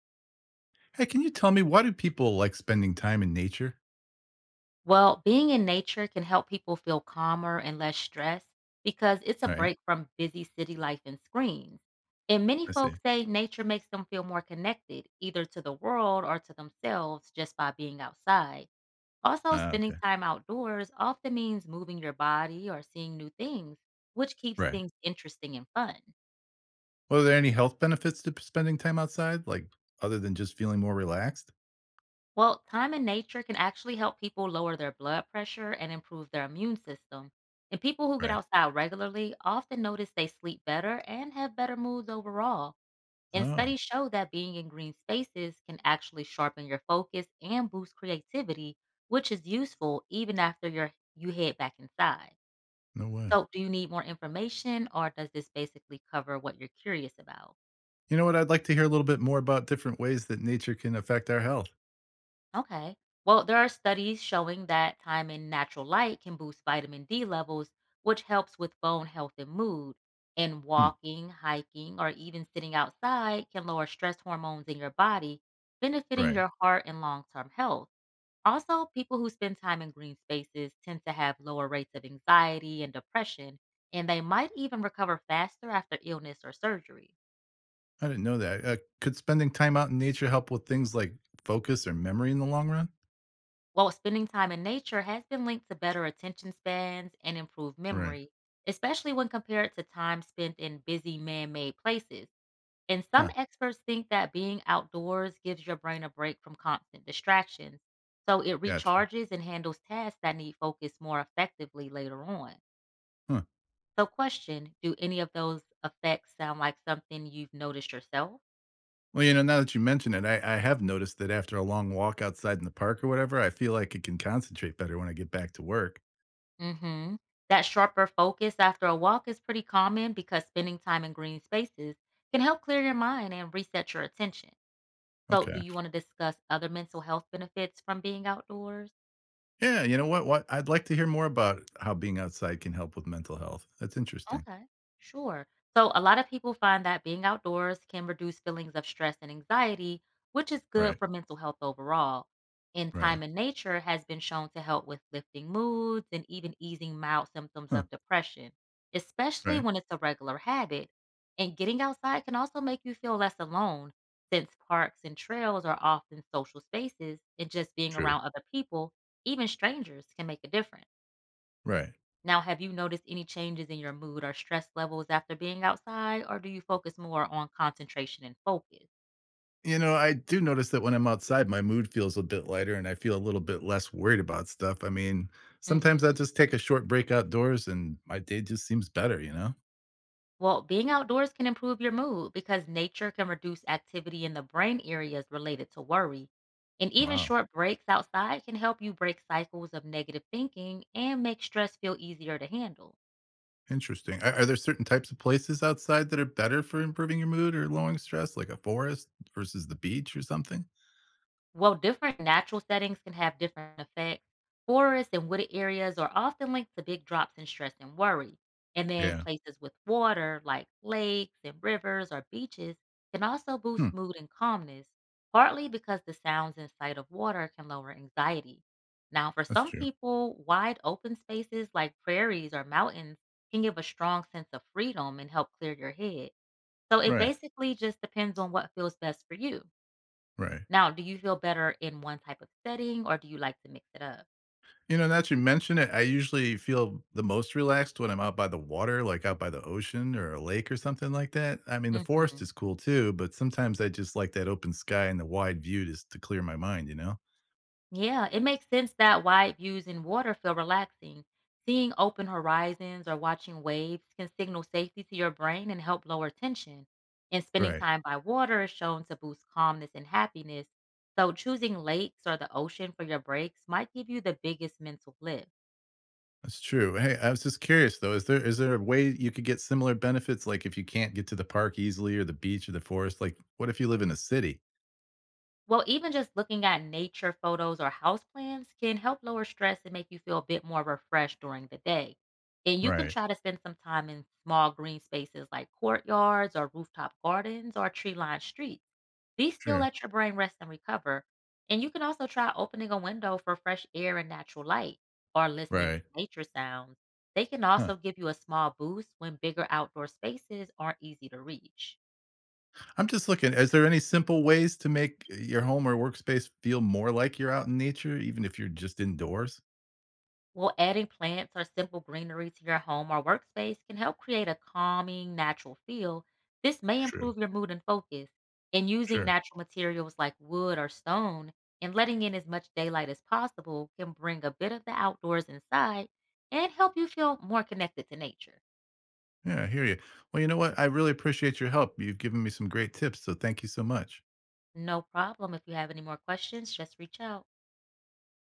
Hey, can you tell me why do people like spending time in nature? Well, being in nature can help people feel calmer and less stressed because it's a All right. break from busy city life and screens. And many I see. folks say nature makes them feel more connected, either to the world or to themselves, just by being outside. Also, Ah, spending okay. time outdoors often means moving your body or seeing new things, which keeps Right. things interesting and fun. Well, are there any health benefits to spending time outside, like other than just feeling more relaxed? Well, time in nature can actually help people lower their blood pressure and improve their immune system. And people who get Right. outside regularly often notice they sleep better and have better moods overall. And Oh, studies show that being in green spaces can actually sharpen your focus and boost creativity, which is useful even after you head back inside. no way. So, do you need more information or does this basically cover what you're curious about? You know what? I'd like to hear a little bit more about different ways that nature can affect our health. Okay. Well, there are studies showing that time in natural light can boost vitamin D levels, which helps with bone health and mood. And Hmm. walking, hiking, or even sitting outside can lower stress hormones in your body, benefiting Right. your heart and long term health. Also, people who spend time in green spaces tend to have lower rates of anxiety and depression, and they might even recover faster after illness or surgery. I didn't know that. Could spending time out in nature help with things like focus or memory in the long run? While spending time in nature has been linked to better attention spans and improved Right. memory, especially when compared to time spent in busy man made places. And some Huh. experts think that being outdoors gives your brain a break from constant distractions, so it Gotcha. recharges and handles tasks that need focus more effectively later on. Huh. So, question, do any of those effects sound like something you've noticed yourself? Well, you know, now that you mention it, I have noticed that after a long walk outside in the park or whatever, I feel like I can concentrate better when I get back to work. Mhm. That sharper focus after a walk is pretty common because spending time in green spaces can help clear your mind and reset your attention. So, do Okay. you want to discuss other mental health benefits from being outdoors? Yeah, you know what? What I'd like to hear more about how being outside can help with mental health. That's interesting. Okay, sure. So, a lot of people find that being outdoors can reduce feelings of stress and anxiety, which is good Right. for mental health overall. And Right. time in nature has been shown to help with lifting moods and even easing mild symptoms Huh. of depression, especially Right. when it's a regular habit. And getting outside can also make you feel less alone, since parks and trails are often social spaces, and just being True. around other people, even strangers, can make a difference. Right. Now, have you noticed any changes in your mood or stress levels after being outside, or do you focus more on concentration and focus? You know, I do notice that when I'm outside, my mood feels a bit lighter and I feel a little bit less worried about stuff. I mean, Hmm. sometimes I just take a short break outdoors and my day just seems better, you know? Well, being outdoors can improve your mood because nature can reduce activity in the brain areas related to worry. And even Wow. short breaks outside can help you break cycles of negative thinking and make stress feel easier to handle. Interesting. Are there certain types of places outside that are better for improving your mood or lowering stress, like a forest versus the beach or something? Well, different natural settings can have different effects. Forests and wooded areas are often linked to big drops in stress and worry. And then Yeah. places with water, like lakes and rivers or beaches, can also boost Hmm. mood and calmness, partly because the sounds and sight of water can lower anxiety. Now, for That's some true. people, wide open spaces like prairies or mountains can give a strong sense of freedom and help clear your head. So it Right. basically just depends on what feels best for you. Right. Now, do you feel better in one type of setting, or do you like to mix it up? You know, now that you mention it, I usually feel the most relaxed when I'm out by the water, like out by the ocean or a lake or something like that. I mean, the Mhm. forest is cool too, but sometimes I just like that open sky and the wide view just to clear my mind, you know? Yeah, it makes sense that wide views in water feel relaxing. Seeing open horizons or watching waves can signal safety to your brain and help lower tension. And spending Right. time by water is shown to boost calmness and happiness. So, choosing lakes or the ocean for your breaks might give you the biggest mental lift. That's true. Hey, I was just curious though, is there a way you could get similar benefits like if you can't get to the park easily or the beach or the forest? Like what if you live in a city? Well, even just looking at nature photos or house plans can help lower stress and make you feel a bit more refreshed during the day. And you can Right. try to spend some time in small green spaces like courtyards or rooftop gardens or tree lined streets. These still Sure. let your brain rest and recover. And you can also try opening a window for fresh air and natural light or listening to Right. nature sounds. They can Huh. also give you a small boost when bigger outdoor spaces aren't easy to reach. I'm just looking, is there any simple ways to make your home or workspace feel more like you're out in nature even if you're just indoors? Well, adding plants or simple greenery to your home or workspace can help create a calming, natural feel. This may True. improve your mood and focus. And using Sure. natural materials like wood or stone and letting in as much daylight as possible can bring a bit of the outdoors inside and help you feel more connected to nature. Yeah, I hear you. Well, you know what? I really appreciate your help. You've given me some great tips, so thank you so much. No problem. If you have any more questions, just reach out.